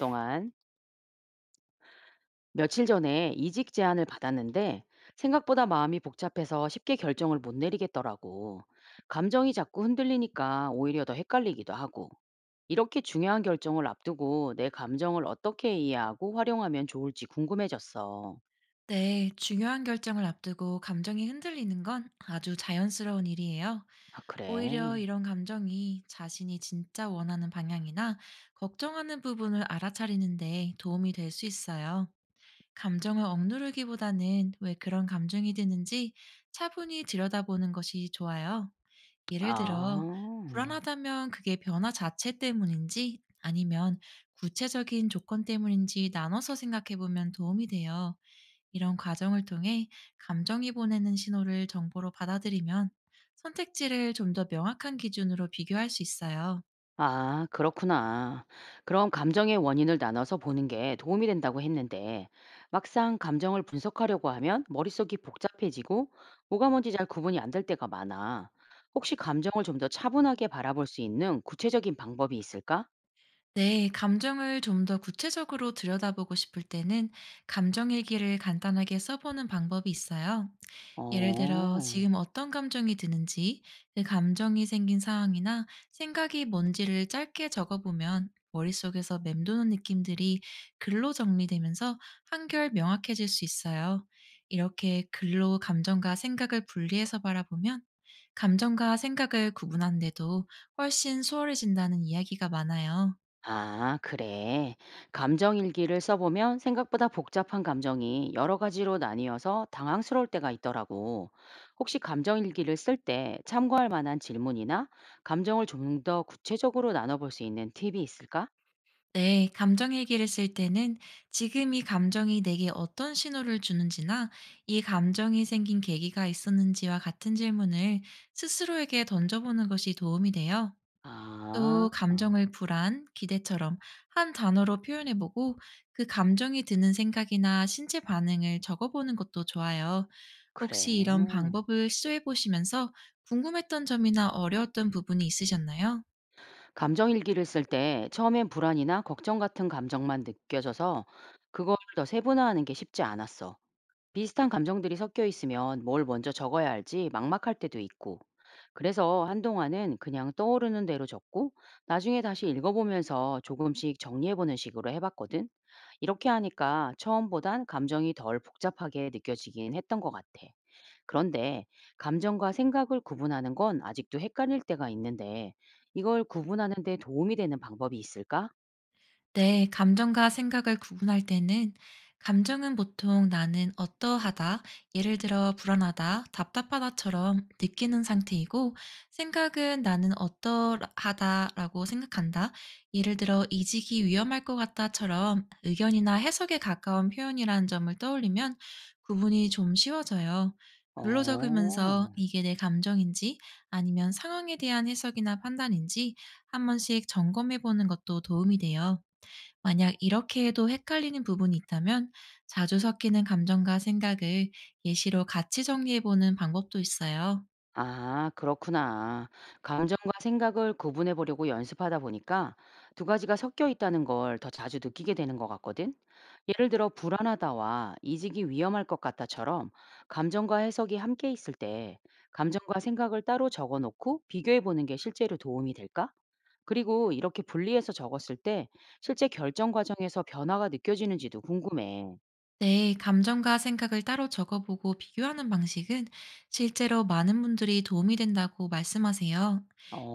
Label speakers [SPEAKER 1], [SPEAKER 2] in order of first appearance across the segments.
[SPEAKER 1] 동안 며칠 전에 이직 제안을 받았는데 생각보다 마음이 복잡해서 쉽게 결정을 못 내리겠더라고. 감정이 자꾸 흔들리니까 오히려 더 헷갈리기도 하고. 이렇게 중요한 결정을 앞두고 내 감정을 어떻게 이해하고 활용하면 좋을지 궁금해졌어.
[SPEAKER 2] 네, 중요한 결정을 앞두고 감정이 흔들리는 건 아주 자연스러운 일이에요.
[SPEAKER 1] 아, 그래.
[SPEAKER 2] 오히려 이런 감정이 자신이 진짜 원하는 방향이나 걱정하는 부분을 알아차리는데 도움이 될 수 있어요. 감정을 억누르기보다는 왜 그런 감정이 드는지 차분히 들여다보는 것이 좋아요. 예를 들어,
[SPEAKER 1] 아.
[SPEAKER 2] 불안하다면 그게 변화 자체 때문인지 아니면 구체적인 조건 때문인지 나눠서 생각해 보면 도움이 돼요. 이런 과정을 통해 감정이 보내는 신호를 정보로 받아들이면 선택지를 좀 더 명확한 기준으로 비교할 수 있어요.
[SPEAKER 1] 아, 그렇구나. 그럼 감정의 원인을 나눠서 보는 게 도움이 된다고 했는데, 막상 감정을 분석하려고 하면 머릿속이 복잡해지고 뭐가 뭔지 잘 구분이 안 될 때가 많아. 혹시 감정을 좀 더 차분하게 바라볼 수 있는 구체적인 방법이 있을까?
[SPEAKER 2] 네, 감정을 좀 더 구체적으로 들여다보고 싶을 때는 감정일기를 간단하게 써보는 방법이 있어요. 예를 들어
[SPEAKER 1] 어.
[SPEAKER 2] 지금 어떤 감정이 드는지, 그 감정이 생긴 상황이나 생각이 뭔지를 짧게 적어보면 머릿속에서 맴도는 느낌들이 글로 정리되면서 한결 명확해질 수 있어요. 이렇게 글로 감정과 생각을 분리해서 바라보면 감정과 생각을 구분하는데도 훨씬 수월해진다는 이야기가 많아요.
[SPEAKER 1] 아, 그래. 감정 일기를 써보면 생각보다 복잡한 감정이 여러 가지로 나뉘어서 당황스러울 때가 있더라고. 혹시 감정 일기를 쓸 때 참고할 만한 질문이나 감정을 좀 더 구체적으로 나눠볼 수 있는 팁이 있을까?
[SPEAKER 2] 네, 감정 일기를 쓸 때는 지금 이 감정이 내게 어떤 신호를 주는지나 이 감정이 생긴 계기가 있었는지와 같은 질문을 스스로에게 던져보는 것이 도움이 돼요. 또
[SPEAKER 1] 아, 어,
[SPEAKER 2] 감정을 불안, 기대처럼 한 단어로 표현해보고 그 감정이 드는 생각이나 신체 반응을 적어보는 것도 좋아요.
[SPEAKER 1] 그래.
[SPEAKER 2] 혹시 이런 방법을 시도해보시면서 궁금했던 점이나 어려웠던 부분이 있으셨나요?
[SPEAKER 1] 감정 일기를 쓸 때 처음엔 불안이나 걱정 같은 감정만 느껴져서 그걸 더 세분화하는 게 쉽지 않았어. 비슷한 감정들이 섞여 있으면 뭘 먼저 적어야 할지 막막할 때도 있고. 그래서 한동안은 그냥 떠오르는 대로 적고 나중에 다시 읽어보면서 조금씩 정리해보는 식으로 해봤거든. 이렇게 하니까 처음보단 감정이 덜 복잡하게 느껴지긴 했던 것 같아. 그런데 감정과 생각을 구분하는 건 아직도 헷갈릴 때가 있는데 이걸 구분하는 데 도움이 되는 방법이 있을까?
[SPEAKER 2] 네, 감정과 생각을 구분할 때는 감정은 보통 나는 어떠하다, 예를 들어 불안하다, 답답하다처럼 느끼는 상태이고, 생각은 나는 어떠하다라고 생각한다, 예를 들어 이직이 위험할 것 같다처럼 의견이나 해석에 가까운 표현이라는 점을 떠올리면 구분이 좀 쉬워져요. 글로 적으면서
[SPEAKER 1] 어.
[SPEAKER 2] 이게 내 감정인지 아니면 상황에 대한 해석이나 판단인지 한 번씩 점검해 보는 것도 도움이 돼요. 만약 이렇게 해도 헷갈리는 부분이 있다면 자주 섞이는 감정과 생각을 예시로 같이 정리해보는 방법도 있어요.
[SPEAKER 1] 아, 그렇구나. 감정과 생각을 구분해 보려고 연습하다 보니까 두 가지가 섞여 있다는 걸 더 자주 느끼게 되는 것 같거든. 예를 들어, 불안하다와 이직이 위험할 것 같다처럼 감정과 해석이 함께 있을 때 감정과 생각을 따로 적어 놓고 비교해 보는 게 실제로 도움이 될까? 그리고 이렇게 분리해서 적었을 때 실제 결정 과정에서 변화가 느껴지는지도 궁금해.
[SPEAKER 2] 네, 감정과 생각을 따로 적어보고 비교하는 방식은 실제로 많은 분들이 도움이 된다고 말씀하세요.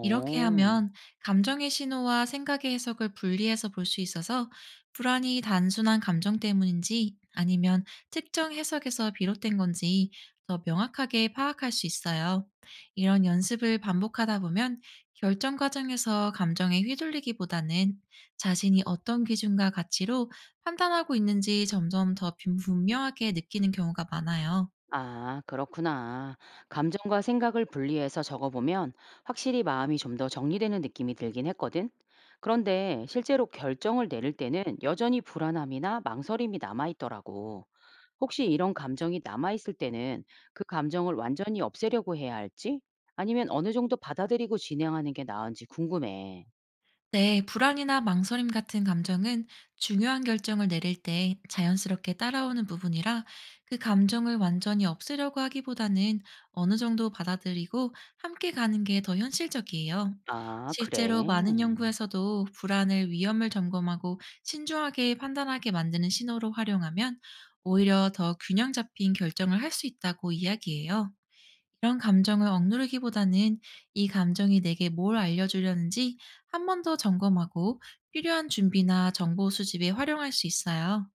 [SPEAKER 2] 이렇게 하면 감정의 신호와 생각의 해석을 분리해서 볼 수 있어서 불안이 단순한 감정 때문인지 아니면 특정 해석에서 비롯된 건지 더 명확하게 파악할 수 있어요. 이런 연습을 반복하다 보면 결정 과정에서 감정에 휘둘리기보다는 자신이 어떤 기준과 가치로 판단하고 있는지 점점 더 분명하게 느끼는 경우가 많아요.
[SPEAKER 1] 아, 그렇구나. 감정과 생각을 분리해서 적어보면 확실히 마음이 좀 더 정리되는 느낌이 들긴 했거든. 그런데 실제로 결정을 내릴 때는 여전히 불안함이나 망설임이 남아있더라고. 혹시 이런 감정이 남아있을 때는 그 감정을 완전히 없애려고 해야 할지? 아니면 어느 정도 받아들이고 진행하는 게 나은지 궁금해.
[SPEAKER 2] 네, 불안이나 망설임 같은 감정은 중요한 결정을 내릴 때 자연스럽게 따라오는 부분이라 그 감정을 완전히 없애려고 하기보다는 어느 정도 받아들이고 함께 가는 게 더 현실적이에요.
[SPEAKER 1] 아, 그래.
[SPEAKER 2] 실제로 많은 연구에서도 불안을 위험을 점검하고 신중하게 판단하게 만드는 신호로 활용하면 오히려 더 균형 잡힌 결정을 할 수 있다고 이야기해요. 이런 감정을 억누르기보다는 이 감정이 내게 뭘 알려주려는지 한 번 더 점검하고 필요한 준비나 정보 수집에 활용할 수 있어요.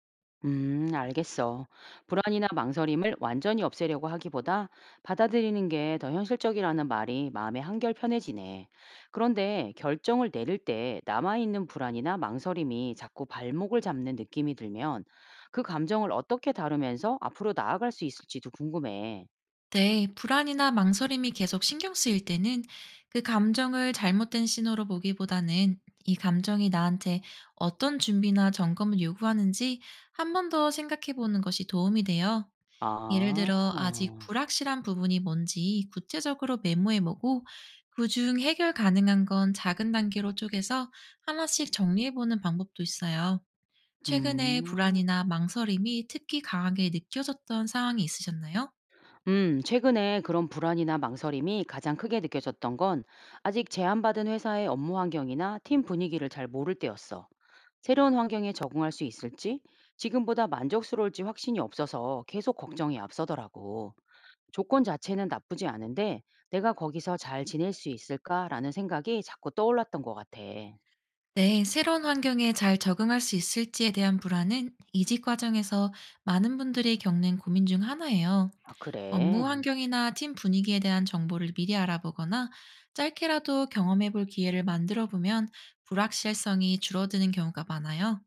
[SPEAKER 1] 알겠어. 불안이나 망설임을 완전히 없애려고 하기보다 받아들이는 게 더 현실적이라는 말이 마음에 한결 편해지네. 그런데 결정을 내릴 때 남아있는 불안이나 망설임이 자꾸 발목을 잡는 느낌이 들면 그 감정을 어떻게 다루면서 앞으로 나아갈 수 있을지도 궁금해.
[SPEAKER 2] 네, 불안이나 망설임이 계속 신경 쓰일 때는 그 감정을 잘못된 신호로 보기보다는 이 감정이 나한테 어떤 준비나 점검을 요구하는지 한 번 더 생각해 보는 것이 도움이 돼요. 예를 들어 아직
[SPEAKER 1] 아,
[SPEAKER 2] 불확실한 부분이 뭔지 구체적으로 메모해 보고 그 중 해결 가능한 건 작은 단계로 쪼개서 하나씩 정리해 보는 방법도 있어요. 최근에
[SPEAKER 1] 음.
[SPEAKER 2] 불안이나 망설임이 특히 강하게 느껴졌던 상황이 있으셨나요?
[SPEAKER 1] 최근에 그런 불안이나 망설임이 가장 크게 느껴졌던 건 아직 제안받은 회사의 업무 환경이나 팀 분위기를 잘 모를 때였어. 새로운 환경에 적응할 수 있을지, 지금보다 만족스러울지 확신이 없어서 계속 걱정이 앞서더라고. 조건 자체는 나쁘지 않은데 내가 거기서 잘 지낼 수 있을까라는 생각이 자꾸 떠올랐던 것 같아.
[SPEAKER 2] 네, 새로운 환경에 잘 적응할 수 있을지에 대한 불안은 이직 과정에서 많은 분들이 겪는 고민 중 하나예요.
[SPEAKER 1] 아,
[SPEAKER 2] 업무
[SPEAKER 1] 그래.
[SPEAKER 2] 환경이나 팀 분위기에 대한 정보를 미리 알아보거나 짧게라도 경험해 볼 기회를 만들어 보면 불확실성이 줄어드는 경우가 많아요.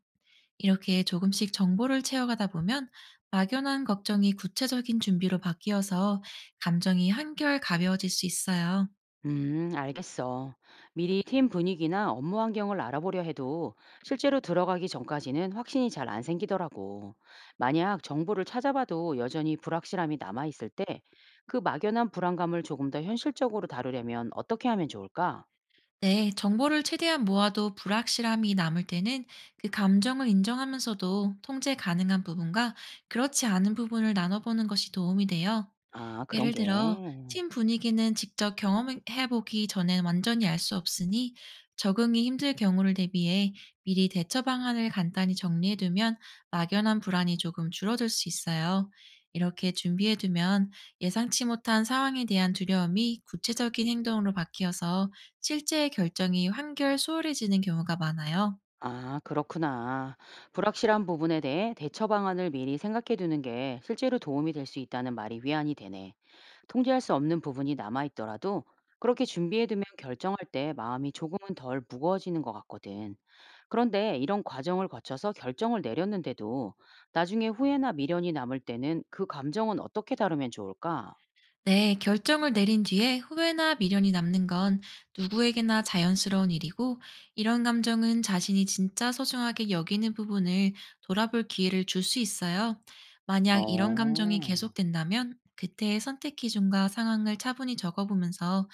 [SPEAKER 2] 이렇게 조금씩 정보를 채워가다 보면 막연한 걱정이 구체적인 준비로 바뀌어서 감정이 한결 가벼워질 수 있어요.
[SPEAKER 1] 알겠어. 미리 팀 분위기나 업무 환경을 알아보려 해도 실제로 들어가기 전까지는 확신이 잘 안 생기더라고. 만약 정보를 찾아봐도 여전히 불확실함이 남아있을 때 그 막연한 불안감을 조금 더 현실적으로 다루려면 어떻게 하면 좋을까?
[SPEAKER 2] 네, 정보를 최대한 모아도 불확실함이 남을 때는 그 감정을 인정하면서도 통제 가능한 부분과 그렇지 않은 부분을 나눠보는 것이 도움이 돼요.
[SPEAKER 1] 아, 그런
[SPEAKER 2] 예를
[SPEAKER 1] 게.
[SPEAKER 2] 들어, 팀 분위기는 직접 경험해보기 전엔 완전히 알 수 없으니 적응이 힘들 경우를 대비해 미리 대처 방안을 간단히 정리해두면 막연한 불안이 조금 줄어들 수 있어요. 이렇게 준비해두면 예상치 못한 상황에 대한 두려움이 구체적인 행동으로 바뀌어서 실제 결정이 한결 수월해지는 경우가 많아요.
[SPEAKER 1] 아, 그렇구나. 불확실한 부분에 대해 대처 방안을 미리 생각해 두는 게 실제로 도움이 될 수 있다는 말이 위안이 되네. 통제할 수 없는 부분이 남아있더라도 그렇게 준비해두면 결정할 때 마음이 조금은 덜 무거워지는 것 같거든. 그런데 이런 과정을 거쳐서 결정을 내렸는데도 나중에 후회나 미련이 남을 때는 그 감정은 어떻게 다루면 좋을까?
[SPEAKER 2] 네, 결정을 내린 뒤에 후회나 미련이 남는 건 누구에게나 자연스러운 일이고, 이런 감정은 자신이 진짜 소중하게 여기는 부분을 돌아볼 기회를 줄 수 있어요. 만약 이런 감정이
[SPEAKER 1] 어.
[SPEAKER 2] 계속된다면, 그때의 선택 기준과 상황을 차분히 적어보면서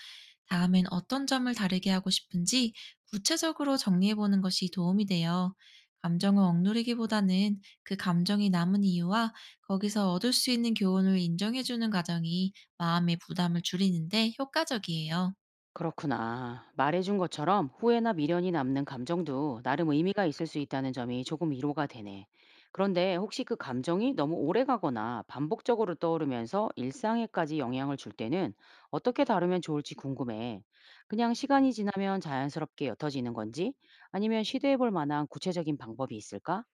[SPEAKER 2] 다음엔 어떤 점을 다르게 하고 싶은지 구체적으로 정리해보는 것이 도움이 돼요. 감정을 억누르기보다는 그 감정이 남은 이유와 거기서 얻을 수 있는 교훈을 인정해주는 과정이 마음의 부담을 줄이는데 효과적이에요.
[SPEAKER 1] 그렇구나. 말해준 것처럼 후회나 미련이 남는 감정도 나름 의미가 있을 수 있다는 점이 조금 위로가 되네. 그런데 혹시 그 감정이 너무 오래 가거나 반복적으로 떠오르면서 일상에까지 영향을 줄 때는 어떻게 다루면 좋을지 궁금해. 그냥 시간이 지나면 자연스럽게 옅어지는 건지 아니면 시도해 볼 만한 구체적인 방법이 있을까?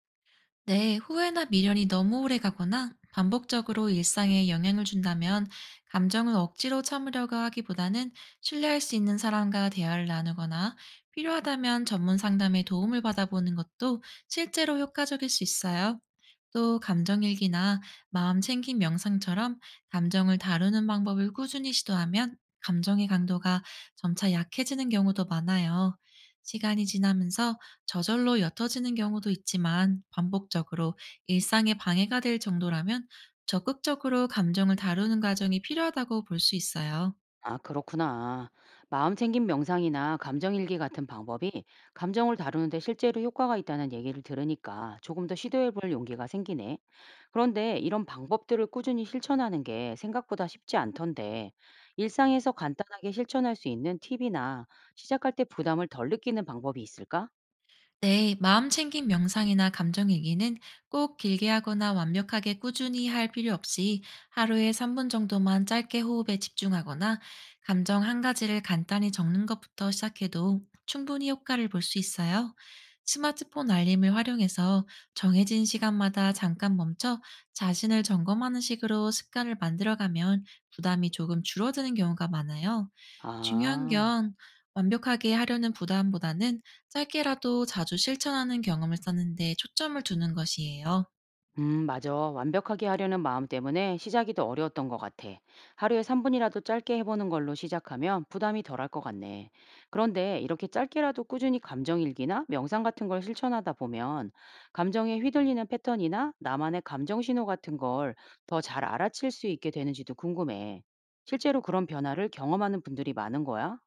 [SPEAKER 2] 네, 후회나 미련이 너무 오래 가거나 반복적으로 일상에 영향을 준다면 감정을 억지로 참으려고 하기보다는 신뢰할 수 있는 사람과 대화를 나누거나 필요하다면 전문 상담의 도움을 받아보는 것도 실제로 효과적일 수 있어요. 또 감정일기나 마음 챙김 명상처럼 감정을 다루는 방법을 꾸준히 시도하면 감정의 강도가 점차 약해지는 경우도 많아요. 시간이 지나면서 저절로 옅어지는 경우도 있지만 반복적으로 일상에 방해가 될 정도라면 적극적으로 감정을 다루는 과정이 필요하다고 볼 수 있어요.
[SPEAKER 1] 아, 그렇구나. 마음 챙김 명상이나 감정 일기 같은 방법이 감정을 다루는데 실제로 효과가 있다는 얘기를 들으니까 조금 더 시도해 볼 용기가 생기네. 그런데 이런 방법들을 꾸준히 실천하는 게 생각보다 쉽지 않던데, 일상에서 간단하게 실천할 수 있는 팁이나 시작할 때 부담을 덜 느끼는 방법이 있을까?
[SPEAKER 2] 네, 마음 챙김 명상이나 감정 얘기는 꼭 길게 하거나 완벽하게 꾸준히 할 필요 없이 하루에 3분 정도만 짧게 호흡에 집중하거나 감정 한 가지를 간단히 적는 것부터 시작해도 충분히 효과를 볼 수 있어요. 스마트폰 알림을 활용해서 정해진 시간마다 잠깐 멈춰 자신을 점검하는 식으로 습관을 만들어가면 부담이 조금 줄어드는 경우가 많아요. 중요한
[SPEAKER 1] 아.
[SPEAKER 2] 건 완벽하게 하려는 부담보다는 짧게라도 자주 실천하는 경험을 쌓는 데 초점을 두는 것이에요.
[SPEAKER 1] 맞아. 완벽하게 하려는 마음 때문에 시작이 더 어려웠던 것 같아. 하루에 3분이라도 짧게 해보는 걸로 시작하면 부담이 덜할 것 같네. 그런데 이렇게 짧게라도 꾸준히 감정일기나 명상 같은 걸 실천하다 보면 감정에 휘둘리는 패턴이나 나만의 감정 신호 같은 걸 더 잘 알아챌 수 있게 되는지도 궁금해. 실제로 그런 변화를 경험하는 분들이 많은 거야?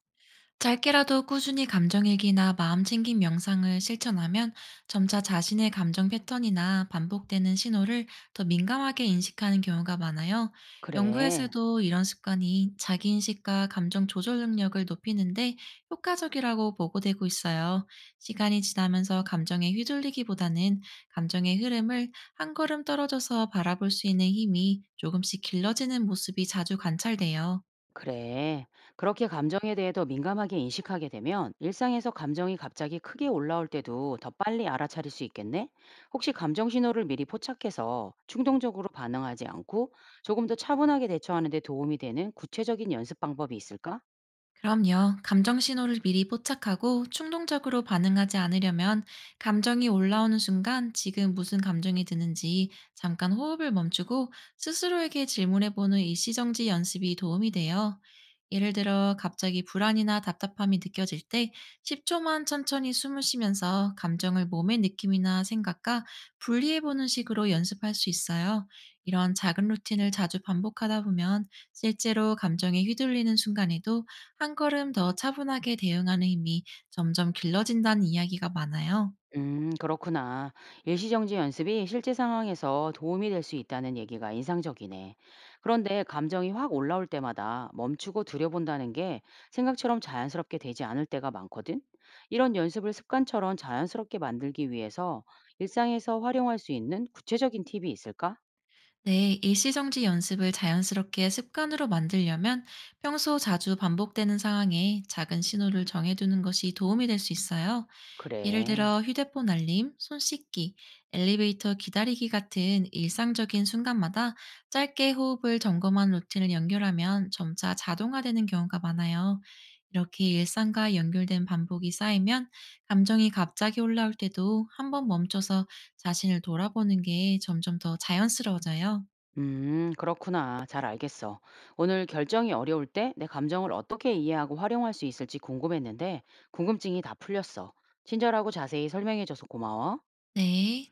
[SPEAKER 2] 짧게라도 꾸준히 감정일기나 마음챙김 명상을 실천하면 점차 자신의 감정 패턴이나 반복되는 신호를 더 민감하게 인식하는 경우가 많아요.
[SPEAKER 1] 그래.
[SPEAKER 2] 연구에서도 이런 습관이 자기인식과 감정 조절 능력을 높이는데 효과적이라고 보고되고 있어요. 시간이 지나면서 감정에 휘둘리기보다는 감정의 흐름을 한 걸음 떨어져서 바라볼 수 있는 힘이 조금씩 길러지는 모습이 자주 관찰돼요.
[SPEAKER 1] 그래. 그렇게 감정에 대해 더 민감하게 인식하게 되면 일상에서 감정이 갑자기 크게 올라올 때도 더 빨리 알아차릴 수 있겠네? 혹시 감정 신호를 미리 포착해서 충동적으로 반응하지 않고 조금 더 차분하게 대처하는 데 도움이 되는 구체적인 연습 방법이 있을까?
[SPEAKER 2] 그럼요. 감정 신호를 미리 포착하고 충동적으로 반응하지 않으려면 감정이 올라오는 순간 지금 무슨 감정이 드는지 잠깐 호흡을 멈추고 스스로에게 질문해보는 일시정지 연습이 도움이 돼요. 예를 들어 갑자기 불안이나 답답함이 느껴질 때 10초만 천천히 숨을 쉬면서 감정을 몸의 느낌이나 생각과 분리해보는 식으로 연습할 수 있어요. 이런 작은 루틴을 자주 반복하다 보면 실제로 감정에 휘둘리는 순간에도 한 걸음 더 차분하게 대응하는 힘이 점점 길러진다는 이야기가 많아요.
[SPEAKER 1] 그렇구나. 일시정지 연습이 실제 상황에서 도움이 될 수 있다는 얘기가 인상적이네. 그런데 감정이 확 올라올 때마다 멈추고 들여본다는 게 생각처럼 자연스럽게 되지 않을 때가 많거든? 이런 연습을 습관처럼 자연스럽게 만들기 위해서 일상에서 활용할 수 있는 구체적인 팁이 있을까?
[SPEAKER 2] 네, 일시정지 연습을 자연스럽게 습관으로 만들려면 평소 자주 반복되는 상황에 작은 신호를 정해두는 것이 도움이 될 수 있어요. 예를
[SPEAKER 1] 그래.
[SPEAKER 2] 들어 휴대폰 알림, 손 씻기, 엘리베이터 기다리기 같은 일상적인 순간마다 짧게 호흡을 점검한 루틴을 연결하면 점차 자동화되는 경우가 많아요. 이렇게 일상과 연결된 반복이 쌓이면 감정이 갑자기 올라올 때도 한번 멈춰서 자신을 돌아보는 게 점점 더 자연스러워져요.
[SPEAKER 1] 그렇구나. 잘 알겠어. 오늘 결정이 어려울 때 내 감정을 어떻게 이해하고 활용할 수 있을지 궁금했는데, 궁금증이 다 풀렸어. 친절하고 자세히 설명해줘서 고마워.
[SPEAKER 2] 네.